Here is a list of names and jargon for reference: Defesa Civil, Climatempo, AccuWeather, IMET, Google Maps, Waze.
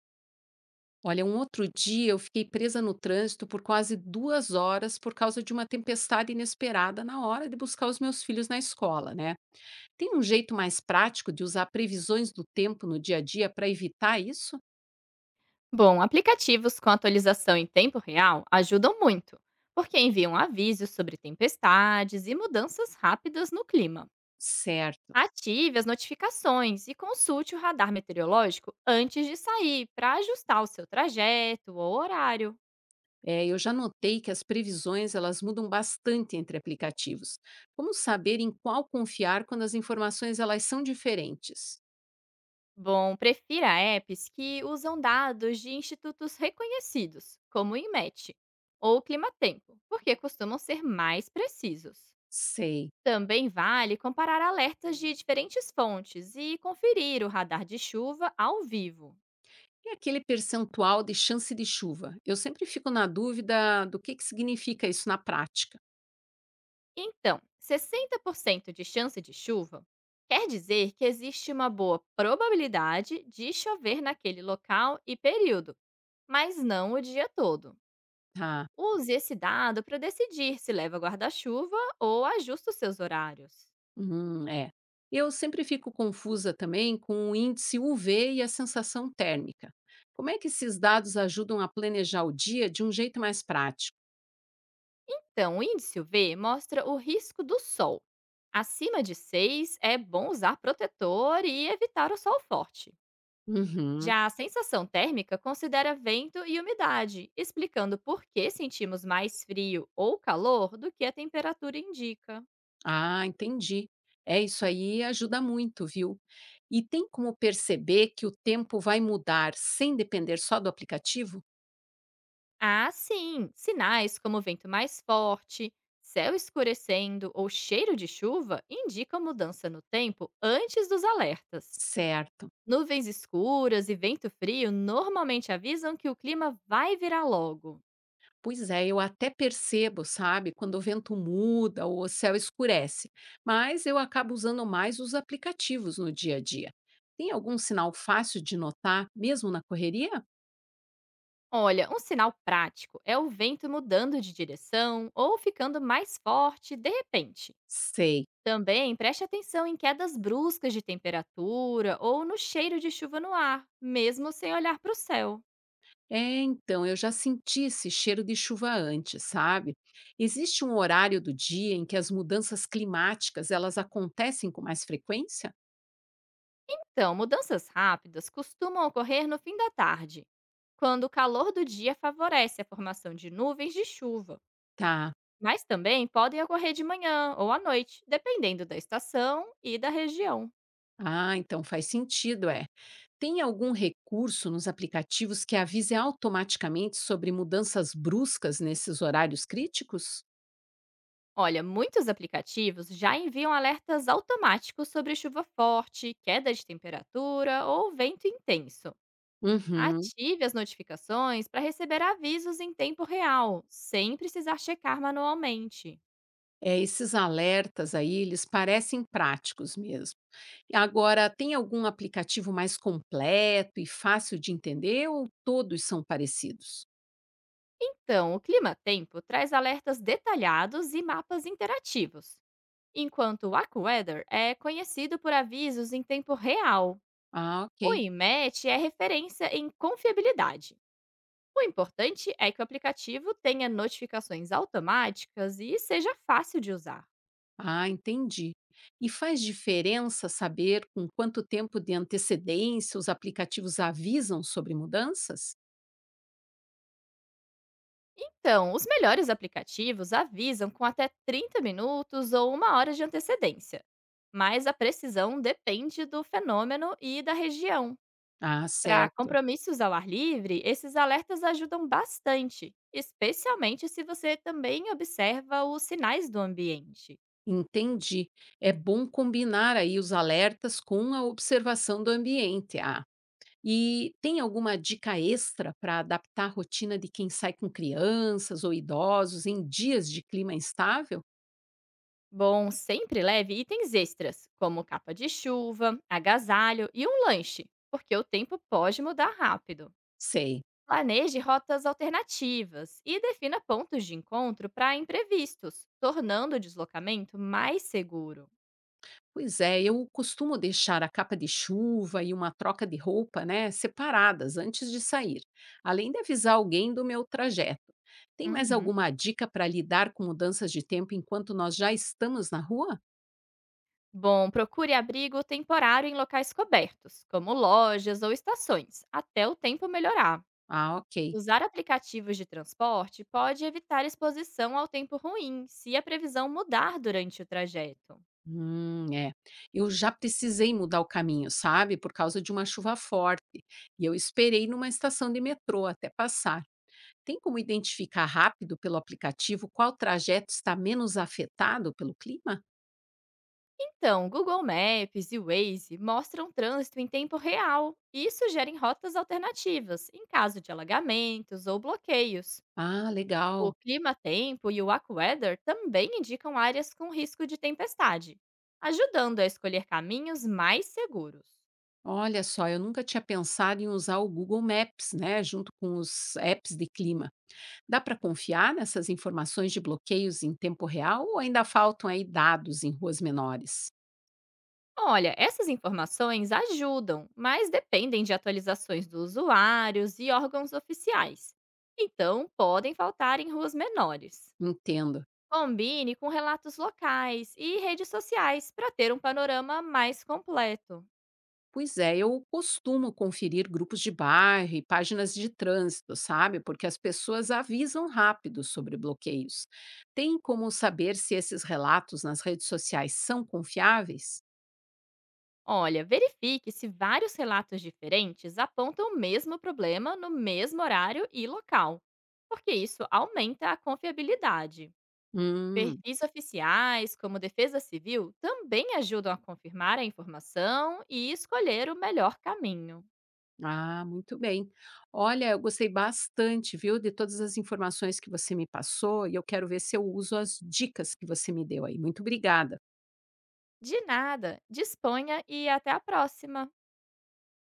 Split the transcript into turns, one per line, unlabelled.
Olha, um outro dia eu fiquei presa no trânsito por quase duas horas por causa de uma tempestade inesperada na hora de buscar os meus filhos na escola, né? Tem um jeito mais prático de usar previsões do tempo no dia a dia para evitar isso?
Bom, aplicativos com atualização em tempo real ajudam muito, porque enviam avisos sobre tempestades e mudanças rápidas no clima.
Certo.
Ative as notificações e consulte o radar meteorológico antes de sair para ajustar o seu trajeto ou horário.
É, eu já notei que as previsões elas mudam bastante entre aplicativos. Como saber em qual confiar quando as informações elas são diferentes?
Bom, prefira apps que usam dados de institutos reconhecidos, como o IMET ou o Climatempo, porque costumam ser mais precisos.
Sei.
Também vale comparar alertas de diferentes fontes e conferir o radar de chuva ao vivo.
E aquele percentual de chance de chuva? Eu sempre fico na dúvida do que significa isso na prática.
Então, 60% de chance de chuva quer dizer que existe uma boa probabilidade de chover naquele local e período, mas não o dia todo.
Ah,
Use esse dado para decidir se leva guarda-chuva ou ajusta os seus horários.
uhum, é. Eu sempre fico confusa também com o índice UV e a sensação térmica. Como é que esses dados ajudam a planejar o dia de um jeito mais prático?
Então, o índice UV mostra o risco do sol. Acima de 6 é bom usar protetor e evitar o sol forte.
Uhum.
Já a sensação térmica considera vento e umidade, explicando por que sentimos mais frio ou calor do que a temperatura indica.
Ah, entendi. É isso aí, ajuda muito, viu? E tem como perceber que o tempo vai mudar sem depender só do aplicativo?
Ah, sim! Sinais como vento mais forte, céu escurecendo ou cheiro de chuva indicam mudança no tempo antes dos alertas.
Certo.
Nuvens escuras e vento frio normalmente avisam que o clima vai virar logo.
Pois é, eu até percebo, sabe, quando o vento muda ou o céu escurece, mas eu acabo usando mais os aplicativos no dia a dia. Tem algum sinal fácil de notar, mesmo na correria?
Olha, um sinal prático é o vento mudando de direção ou ficando mais forte de repente.
Sei.
Também preste atenção em quedas bruscas de temperatura ou no cheiro de chuva no ar, mesmo sem olhar para o céu.
É, então, eu já senti esse cheiro de chuva antes, sabe? Existe um horário do dia em que as mudanças climáticas, elas acontecem com mais frequência?
Então, mudanças rápidas costumam ocorrer no fim da tarde, quando o calor do dia favorece a formação de nuvens de chuva.
Tá.
Mas também podem ocorrer de manhã ou à noite, dependendo da estação e da região.
Ah, então faz sentido, é. Tem algum recurso nos aplicativos que avise automaticamente sobre mudanças bruscas nesses horários críticos?
Olha, muitos aplicativos já enviam alertas automáticos sobre chuva forte, queda de temperatura ou vento intenso.
Uhum.
Ative as notificações para receber avisos em tempo real, sem precisar checar manualmente.
É, esses alertas aí, eles parecem práticos mesmo. E agora, tem algum aplicativo mais completo e fácil de entender ou todos são parecidos?
Então, o Clima Tempo traz alertas detalhados e mapas interativos, enquanto o AccuWeather é conhecido por avisos em tempo real.
Ah,
O
ok.
IMET é referência em confiabilidade. O importante é que o aplicativo tenha notificações automáticas e seja fácil de usar.
Ah, entendi. E faz diferença saber com quanto tempo de antecedência os aplicativos avisam sobre mudanças?
Então, os melhores aplicativos avisam com até 30 minutos ou uma hora de antecedência, mas a precisão depende do fenômeno e da região.
Ah,
Para
certo.
compromissos ao ar livre, esses alertas ajudam bastante, especialmente se você também observa os sinais do ambiente.
Entendi. É bom combinar aí os alertas com a observação do ambiente. Ah, e tem alguma dica extra para adaptar a rotina de quem sai com crianças ou idosos em dias de clima instável?
Bom, sempre leve itens extras, como capa de chuva, agasalho e um lanche, porque o tempo pode mudar rápido.
Sei.
Planeje rotas alternativas e defina pontos de encontro para imprevistos, tornando o deslocamento mais seguro.
Pois é, eu costumo deixar a capa de chuva e uma troca de roupa, né, separadas antes de sair, além de avisar alguém do meu trajeto. Tem mais
Uhum.
alguma dica para lidar com mudanças de tempo enquanto nós já estamos na rua?
Bom, procure abrigo temporário em locais cobertos, como lojas ou estações, até o tempo melhorar.
Ah, ok.
Usar aplicativos de transporte pode evitar exposição ao tempo ruim se a previsão mudar durante o trajeto.
É. Eu já precisei mudar o caminho, sabe? Por causa de uma chuva forte. E eu esperei numa estação de metrô até passar. Tem como identificar rápido pelo aplicativo qual trajeto está menos afetado pelo clima?
Então, Google Maps e Waze mostram trânsito em tempo real e sugerem rotas alternativas em caso de alagamentos ou bloqueios.
Ah, legal.
O clima-tempo e o AccuWeather também indicam áreas com risco de tempestade, ajudando a escolher caminhos mais seguros.
Olha só, eu nunca tinha pensado em usar o Google Maps, né? Junto com os apps de clima. Dá para confiar nessas informações de bloqueios em tempo real ou ainda faltam aí dados em ruas menores?
Olha, essas informações ajudam, mas dependem de atualizações dos usuários e órgãos oficiais. Então, podem faltar em ruas menores.
Entendo.
Combine com relatos locais e redes sociais para ter um panorama mais completo.
Pois é, eu costumo conferir grupos de bairro e páginas de trânsito, sabe? Porque as pessoas avisam rápido sobre bloqueios. Tem como saber se esses relatos nas redes sociais são confiáveis?
Olha, verifique se vários relatos diferentes apontam o mesmo problema no mesmo horário e local, porque isso aumenta a confiabilidade.
Hum,
Perfis oficiais, como Defesa Civil, também ajudam a confirmar a informação e escolher o melhor caminho.
ah, muito bem. Olha, eu gostei bastante, viu, de todas as informações que você me passou e eu quero ver se eu uso as dicas que você me deu aí. Muito obrigada.
De nada, disponha e até a próxima!